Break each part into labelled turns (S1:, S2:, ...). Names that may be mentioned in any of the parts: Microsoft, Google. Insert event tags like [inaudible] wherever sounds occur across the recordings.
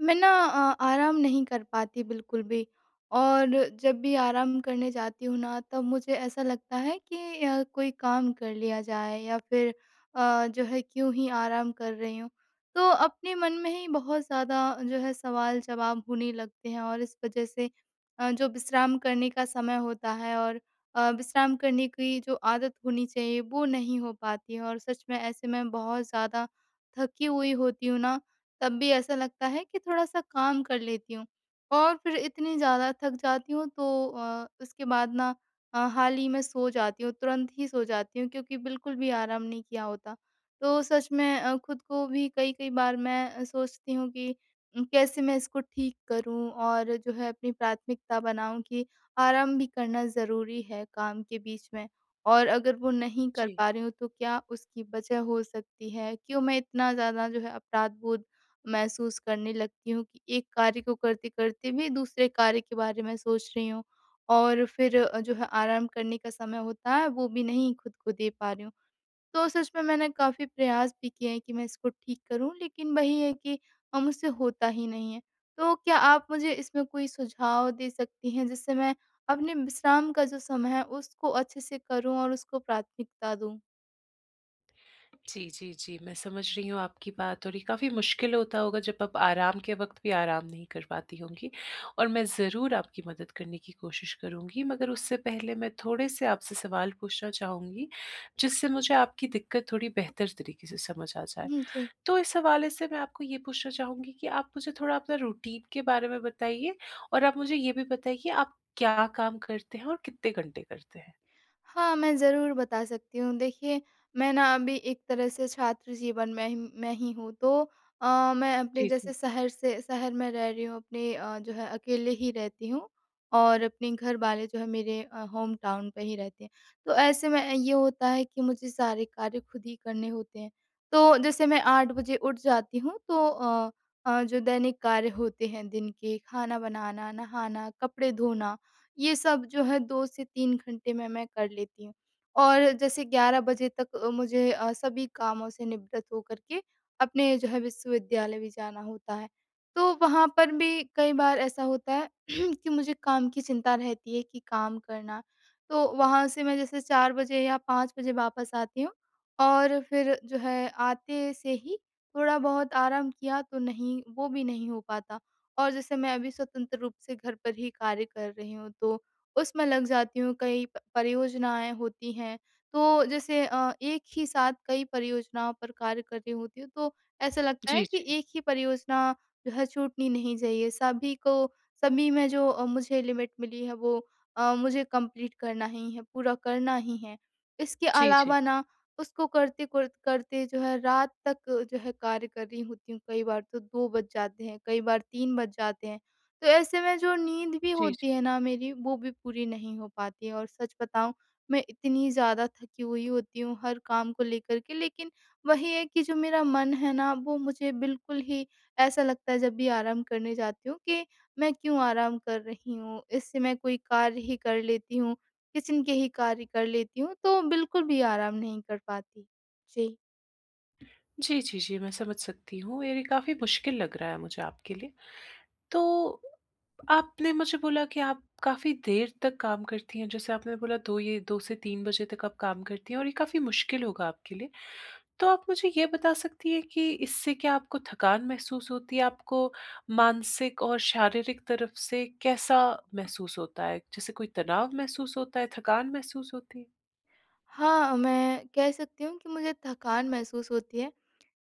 S1: मैं ना आराम नहीं कर पाती बिल्कुल भी। और जब भी आराम करने जाती हूँ ना, तब मुझे ऐसा लगता है कि कोई काम कर लिया जाए, या फिर जो है क्यों ही आराम कर रही हूँ। तो अपने मन में ही बहुत ज़्यादा जो है सवाल जवाब होने लगते हैं, और इस वजह से जो विश्राम करने का समय होता है, और विश्राम करने की जो आदत होनी चाहिए वो नहीं हो पाती है। और सच में ऐसे में बहुत ज़्यादा थकी हुई होती हूँ ना, तब भी ऐसा लगता है कि थोड़ा-सा काम कर लेती हूँ। और फिर इतनी ज़्यादा थक जाती हूँ, तो उसके बाद ना हाल ही में सो जाती हूँ, तुरंत ही सो जाती हूँ, क्योंकि बिल्कुल भी आराम नहीं किया होता। तो सच में खुद को भी कई-कई बार मैं सोचती हूँ कि कैसे मैं इसको ठीक करूँ, और जो है अपनी प्राथमिकता बनाऊँ कि आराम भी करना ज़रूरी है काम के बीच में। और अगर वो नहीं कर
S2: जी।
S1: पा रही हूँ तो क्या उसकी वजह हो सकती है? क्यों मैं इतना ज़्यादा जो है अपराध बोध महसूस करने लगती हूँ कि एक कार्य को करते-करते भी दूसरे कार्य के बारे में सोच रही हूँ, और फिर जो है आराम करने का समय होता है वो भी नहीं खुद को दे पा रही हूँ। तो सच में मैंने काफ़ी प्रयास भी किए हैं कि मैं इसको ठीक करूँ, लेकिन वही है कि मुझसे होता ही नहीं है। तो क्या आप मुझे इसमें कोई सुझाव दे सकती हैं, जिससे मैं अपने विश्राम का जो समय है उसको अच्छे से करूँ और उसको प्राथमिकता दूँ?
S2: जी, जी, जी, मैं समझ रही हूँ आपकी बात और ये काफ़ी मुश्किल होता होगा जब आप आराम के वक़्त भी आराम नहीं कर पाती होंगी और मैं ज़रूर आपकी मदद करने की कोशिश करूँगी, मगर उससे पहले मैं थोड़े-से आपसे सवाल पूछना चाहूँगी, जिससे मुझे आपकी दिक्कत थोड़ी बेहतर तरीके से समझ आ जाए।
S1: हुँ, जी।
S2: तो इस हवाले से मैं आपको ये पूछना चाहूँगी कि आप मुझे थोड़ा अपना रूटीन के बारे में बताइए और आप मुझे ये भी बताइए आप क्या काम करते हैं और कितने घंटे करते हैं?
S1: हाँ, मैं ज़रूर बता सकती हूँ। देखिए, मैं ना अभी एक तरह से छात्र जीवन में ही हूँ। तो मैं अपने
S2: जी,
S1: जैसे
S2: जी।
S1: शहर से शहर में रह रही हूँ, अपने जो है अकेले ही रहती हूँ, और अपने घर वाले जो है मेरे होम टाउन पे ही रहते हैं। तो ऐसे में ये होता है कि मुझे सारे कार्य खुद ही करने होते हैं। तो जैसे मैं 8 बजे उठ जाती हूँ, तो जो दैनिक कार्य होते हैं दिन के, खाना बनाना, नहाना, कपड़े धोना, ये सब जो है 2 से 3 घंटे में मैं कर लेती हूँ। और जैसे 11 बजे तक मुझे सभी कामों से निवृत्त होकर के अपने जो है विश्वविद्यालय भी जाना होता है। तो वहाँ पर भी कई बार ऐसा होता है [clears throat] कि मुझे काम की चिंता रहती है कि काम करना। तो वहाँ से मैं जैसे 4 बजे या 5 बजे वापस आती हूँ, और फिर जो है आते से ही थोड़ा बहुत आराम किया तो नहीं, वो भी नहीं हो पाता। और जैसे मैं अभी स्वतंत्र रूप से घर पर ही कार्य कर रही हूँ, तो उसमें लग जाती हूँ। कई प परियोजनाएँ होती हैं, तो जैसे एक ही साथ कई परियोजनाओं पर कार्य कर रही होती हूँ, तो ऐसा लगता
S2: जी,
S1: है कि
S2: जी।
S1: एक ही परियोजना जो है छूटनी नहीं चाहिए। सभी में जो मुझे लिमिट मिली है वो मुझे कंप्लीट करना ही है, पूरा करना ही है। इसके
S2: जी, जी।
S1: अलावा ना उसको करते कर करते जो है रात तक जो है कार्य कर रही होती हूँ, कई बार तो 2 बज जाते हैं, कई बार 3 बज जाते हैं। तो ऐसे में जो नींद भी
S2: जी, जी।
S1: होती है ना मेरी, वो भी पूरी नहीं हो पाती है, और सच बताऊँ, मैं इतनी ज़्यादा थकी हुई होती हूँ हर काम को लेकर के, लेकिन वही है कि जो मेरा मन है ना, वो मुझे बिल्कुल ही ऐसा लगता है जब भी आराम करने जाती हूँ कि मैं क्यों आराम कर रही हूँ, इससे मैं कोई कार्य ही कर लेती हूँ। किचन के ही कार्य कर लेती हूँ, तो बिल्कुल भी आराम नहीं कर पाती। जी।
S2: जी, जी, जी, मैं समझ सकती हूँ। ये काफ़ी मुश्किल लग रहा है मुझे आपके लिए। तो आपने मुझे बोला कि आप काफ़ी देर तक काम करती हैं, जैसे आपने बोला 2 से 3 बजे तक आप काम करती हैं और ये काफ़ी मुश्किल होगा आपके लिए। तो आप मुझे ये बता सकती हैं कि इससे क्या आपको थकान महसूस होती है? आपको मानसिक और शारीरिक तरफ से कैसा महसूस होता है? जैसे कोई तनाव महसूस होता है, थकान महसूस होती है?
S1: हाँ, मैं कह सकती हूँ कि मुझे थकान महसूस होती है।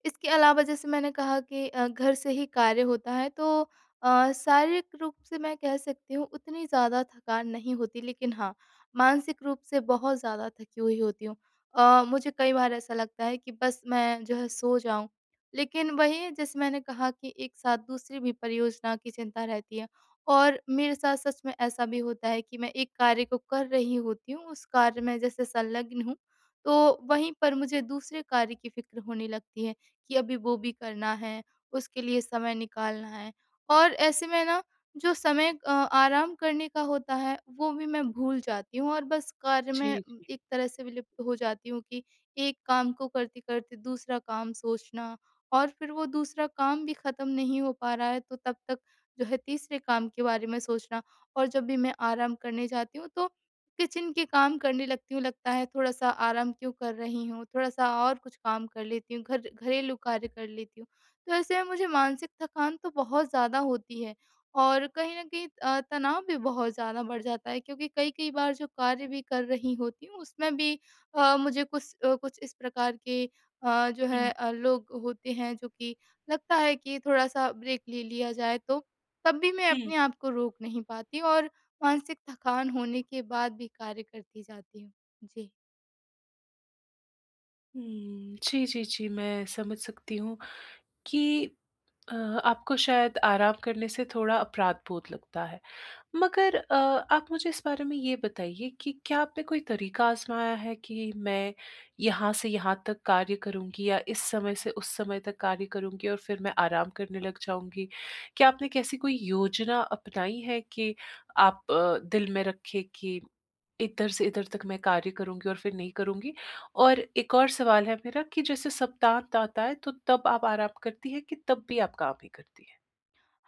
S1: इसके अलावा, जैसे मैंने कहा कि घर से ही कार्य होता है, तो शारीरिक रूप से मैं कह सकती हूँ उतनी ज़्यादा थकान नहीं होती, लेकिन हाँ, मानसिक रूप से बहुत ज़्यादा थकी हुई होती हूँ। मुझे कई बार ऐसा लगता है कि बस मैं जो है सो जाऊँ। लेकिन वही, जैसे मैंने कहा कि एक साथ दूसरी भी परियोजना की चिंता रहती है। और मेरे साथ सच में ऐसा भी होता है कि मैं एक कार्य को कर रही होती हूँ, उस कार्य में जैसे संलग्न हूँ, तो वहीं पर मुझे दूसरे कार्य की फ़िक्र होने लगती है। कि अभी वो भी करना है, उसके लिए समय निकालना है। और ऐसे में ना जो समय आराम करने का होता है वो भी मैं भूल जाती हूँ, और बस कार्य में
S2: जी, जी।
S1: एक तरह से विलुप्त हो जाती हूँ कि एक काम को करते-करते दूसरा काम सोचना, और फिर वो दूसरा काम भी ख़त्म नहीं हो पा रहा है तो तब तक जो है तीसरे काम के बारे में सोचना। और जब भी मैं आराम करने जाती हूँ, तो किचन के काम करने लगती हूँ, लगता है थोड़ा-सा आराम क्यों कर रही हूँ, थोड़ा-सा और कुछ काम कर लेती हूँ, घर घरेलू कार्य कर लेती हूँ। तो ऐसे में मुझे मानसिक थकान तो बहुत ज़्यादा होती है, और कहीं न कहीं तनाव भी बहुत ज़्यादा बढ़ जाता है, क्योंकि कई-कई बार जो कार्य भी कर रही होती हूँ, उसमें भी मुझे कुछ अ, कुछ इस प्रकार के जो
S2: हुँ,
S1: है लोग होते हैं जो कि लगता है कि थोड़ा-सा ब्रेक ले लिया जाए तो, तब भी मैं
S2: हुँ,
S1: अपने आप को रोक नहीं पाती, और मानसिक थकान होने के बाद भी कार्य करती जाती हूँ। जी।
S2: हुँ। जी, जी, जी, मैं समझ सकती हूँ। कि आपको शायद आराम करने से थोड़ा अपराध-बोध लगता है। मगर आप मुझे इस बारे में ये बताइए कि क्या आपने कोई तरीका आज़माया है कि मैं यहाँ से यहाँ तक कार्य करूँगी या इस समय से उस समय तक कार्य करूँगी और फिर मैं आराम करने लग जाऊँगी? क्या आपने कैसी कोई योजना अपनाई है कि आप दिल में रखें कि इधर से इधर तक मैं कार्य करूँगी और फिर नहीं करूँगी। और एक और सवाल है मेरा कि जैसे सप्तांत आता है तो तब आप आराम करती हैं कि तब भी आप काम ही करती हैं?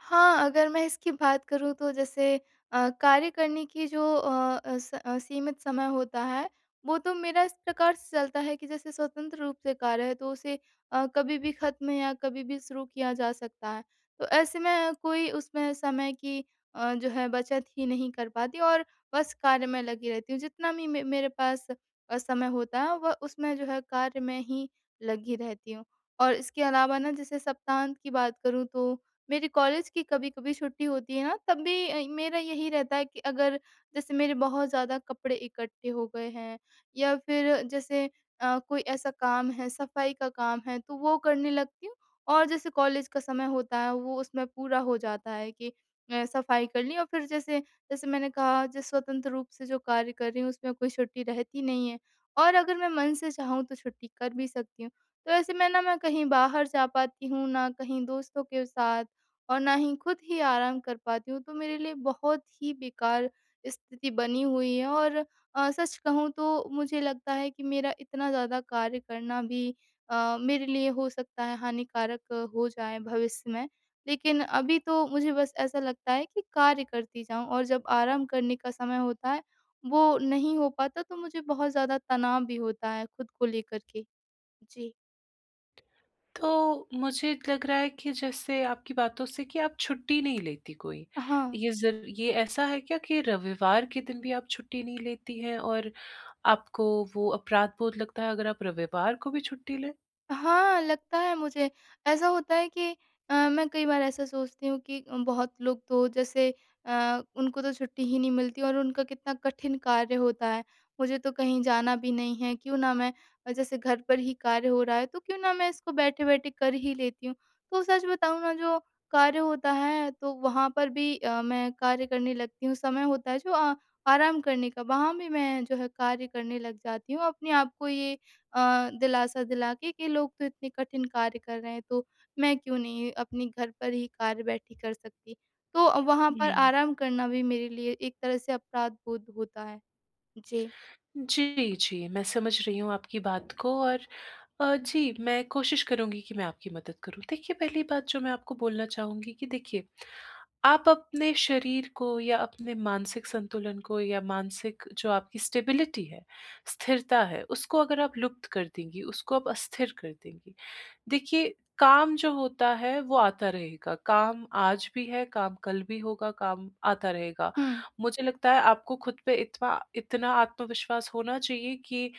S1: हाँ, अगर मैं इसकी बात करूँ तो जैसे कार्य करने की जो सीमित समय होता है, वो तो मेरा इस प्रकार से चलता है कि जैसे स्वतंत्र रूप से कार्य है तो उसे कभी भी ख़त्म या कभी भी शुरू किया जा सकता है। तो ऐसे में कोई उसमें समय की जो है बचत ही नहीं कर पाती, और बस कार्य में लगी रहती हूँ। जितना भी मे मेरे पास समय होता है वह उसमें जो है कार्य में ही लगी रहती हूँ। और इसके अलावा ना, जैसे सप्तांत की बात करूँ तो मेरे कॉलेज की कभी-कभी छुट्टी होती है ना, तब भी मेरा यही रहता है कि अगर जैसे मेरे बहुत ज़्यादा कपड़े इकट्ठे हो गए हैं, या फिर जैसे कोई ऐसा काम है, सफाई का काम है, तो वो करने लगती हूँ। और जैसे कॉलेज का समय होता है, वो उसमें पूरा हो जाता है कि सफाई कर ली। और फिर जैसे जैसे मैंने कहा जिस स्वतंत्र रूप से जो कार्य कर रही हूँ उसमें कोई छुट्टी रहती नहीं है, और अगर मैं मन से चाहूँ तो छुट्टी कर भी सकती हूँ। तो ऐसे में ना मैं कहीं बाहर जा पाती हूँ, ना कहीं दोस्तों के साथ, और ना ही खुद ही आराम कर पाती हूँ। तो मेरे लिए बहुत ही बेकार स्थिति बनी हुई है। और सच कहूँ तो मुझे लगता है कि मेरा इतना ज़्यादा कार्य करना भी मेरे लिए हो सकता है हानिकारक हो जाए भविष्य में। लेकिन अभी तो मुझे बस ऐसा लगता है कि कार्य करती जाऊँ, और जब आराम करने का समय होता है, वो नहीं हो पाता तो मुझे बहुत ज़्यादा तनाव भी होता है खुद को लेकर के। जी।
S2: तो मुझे लग रहा है कि जैसे आपकी बातों से कि आप छुट्टी नहीं लेती कोई।
S1: हाँ।
S2: ये ऐसा है क्या कि रविवार के दिन भी आप छुट्टी नहीं लेती हैं और आपको वो अपराध-बोध लगता है अगर आप रविवार को भी छुट्टी लें?
S1: हाँ, लगता है मुझे। ऐसा होता है कि मैं कई बार ऐसा सोचती हूँ कि बहुत लोग तो जैसे उनको तो छुट्टी ही नहीं मिलती और उनका कितना कठिन कार्य होता है। मुझे तो कहीं जाना भी नहीं है, क्यों ना मैं जैसे घर पर ही कार्य हो रहा है, तो क्यों ना मैं इसको बैठे-बैठे कर ही लेती हूँ। तो सच बताऊँ ना, जो कार्य होता है, तो वहाँ पर भी मैं कार्य करने लगती हूँ। समय होता है जो आराम करने का, वहाँ भी मैं जो है कार्य करने लग जाती हूँ। अपने आप को ये दिलासा दिला के कि लोग तो इतने कठिन कार्य कर रहे हैं, तो मैं क्यों नहीं अपने घर पर ही कार्य बैठी कर सकती। तो वहाँ पर
S2: हुँ।
S1: आराम करना भी मेरे लिए एक तरह से अपराध बोध होता है। जी।
S2: जी, जी, मैं समझ रही हूँ आपकी बात को और जी, मैं कोशिश करूँगी कि मैं आपकी मदद करूँ। देखिए, पहली बात जो मैं आपको बोलना चाहूँगी कि देखिए, आप अपने शरीर को या अपने मानसिक संतुलन को या मानसिक जो आपकी स्टेबिलिटी है, स्थिरता है, उसको अगर आप लुप्त कर देंगी, उसको आप अस्थिर कर देंगी, देखिए, काम जो होता है वो आता रहेगा। काम आज भी है, काम कल भी होगा, काम आता रहेगा।
S1: हुँ।
S2: मुझे लगता है आपको खुद पे इतना इतना आत्मविश्वास होना चाहिए कि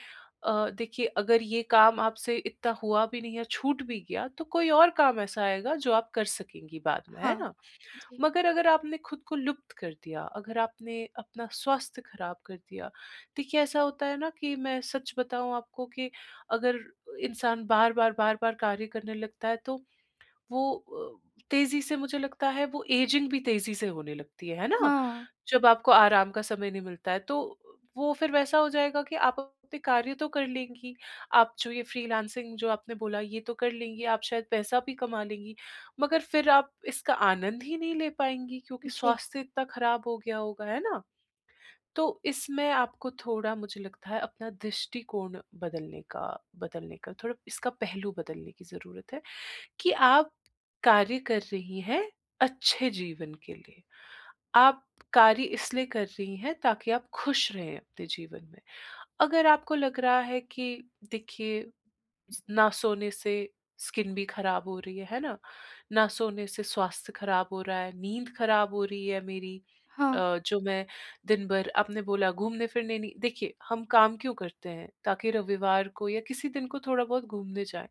S2: देखिए अगर ये काम आपसे इतना हुआ भी नहीं या छूट भी गया, तो कोई और काम ऐसा आएगा जो आप कर सकेंगी बाद में, है
S1: हाँ।
S2: ना?
S1: जी।
S2: मगर अगर आपने खुद को लुप्त कर दिया, अगर आपने अपना स्वास्थ्य ख़राब कर दिया, देखिए ऐसा होता है ना कि मैं सच बताऊँ आपको कि अगर इंसान बार-बार, बार-बार कार्य करने लगता है तो वो तेज़ी से मुझे लगता है वो एजिंग भी तेज़ी से होने लगती है ना?
S1: हाँ।
S2: जब आपको आराम का समय नहीं मिलता है, तो वो फिर वैसा हो जाएगा कि आप अपने कार्य तो कर लेंगी, आप जो ये फ्रीलांसिंग जो आपने बोला ये तो कर लेंगी, आप शायद पैसा भी कमा लेंगी, मगर फिर आप इसका आनंद ही नहीं ले पाएँगी क्योंकि
S1: जी।
S2: स्वास्थ्य इतना ख़राब हो गया होगा, है ना? तो इसमें आपको थोड़ा मुझे लगता है अपना दृष्टिकोण बदलने का थोड़ा इसका पहलू बदलने की ज़रूरत है। कि आप कार्य कर रही हैं अच्छे जीवन के लिए। आप कार्य इसलिए कर रही हैं ताकि आप खुश रहें अपने जीवन में। अगर आपको लग रहा है कि देखिए ना सोने से स्किन भी खराब हो रही है ना? ना सोने से स्वास्थ्य खराब हो रहा है, नींद खराब हो रही है मेरी
S1: हाँ।
S2: जो मैं दिन भर आपने बोला घूमने-फिरने नहीं देखिए, हम काम क्यों करते हैं? ताकि रविवार को या किसी दिन को थोड़ा बहुत घूमने जाएँ।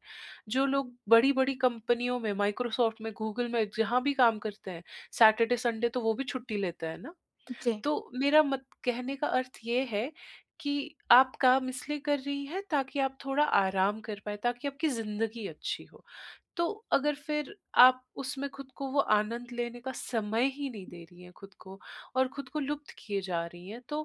S2: जो लोग बड़ी-बड़ी कंपनियों में, माइक्रोसॉफ्ट में, गूगल में, जहाँ भी काम करते हैं, सैटरडे, संडे तो वो भी छुट्टी लेते हैं ना?
S1: जी।
S2: तो मेरा मत कहने का अर्थ ये है कि आप काम इसलिए कर रही हैं ताकि आप थोड़ा आराम कर पाएँ, ताकि आपकी ज़िंदगी अच्छी हो। तो अगर फिर आप उसमें खुद को वो आनंद लेने का समय ही नहीं दे रही हैं खुद को और खुद को लुप्त किए जा रही हैं, तो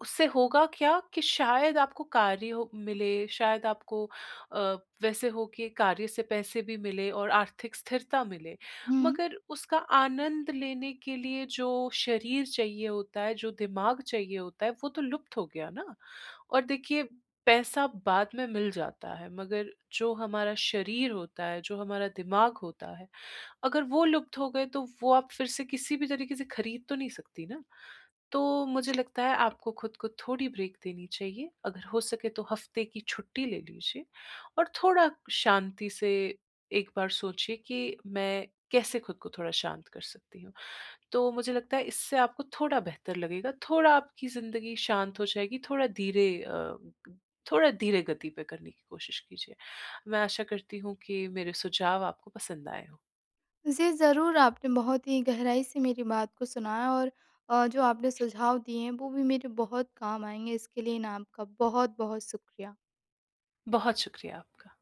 S2: उससे होगा क्या कि शायद आपको कार्य हो मिले, शायद आपको अ, वैसे हो कि कार्य से पैसे भी मिले और आर्थिक स्थिरता मिले।
S1: हुँ।
S2: मगर उसका आनंद लेने के लिए जो शरीर चाहिए होता है, जो दिमाग चाहिए होता है, वो तो लुप्त हो गया ना। और देखिए पैसा बाद में मिल जाता है, मगर जो हमारा शरीर होता है, जो हमारा दिमाग होता है, अगर वो लुप्त हो गए तो वो आप फिर से किसी भी तरीके से खरीद तो नहीं सकती ना। तो मुझे लगता है आपको खुद को थोड़ी ब्रेक देनी चाहिए। अगर हो सके तो हफ़्ते की छुट्टी ले लीजिए और थोड़ा शांति से एक बार सोचिए कि मैं कैसे खुद को थोड़ा शांत कर सकती हूँ। तो मुझे लगता है इससे आपको थोड़ा बेहतर लगेगा, थोड़ा आपकी ज़िंदगी शांत हो जाएगी, थोड़ा धीरे थोड़ा धीरे गति पे करने की कोशिश कीजिए। मैं आशा करती हूँ कि मेरे सुझाव आपको पसंद आए हों।
S1: जी, ज़रूर। आपने बहुत ही गहराई से मेरी बात को सुना है, और जो आपने सुझाव दिए हैं वो भी मेरे बहुत काम आएँगे। इसके लिए ना आपका बहुत-बहुत शुक्रिया।
S2: बहुत शुक्रिया आपका।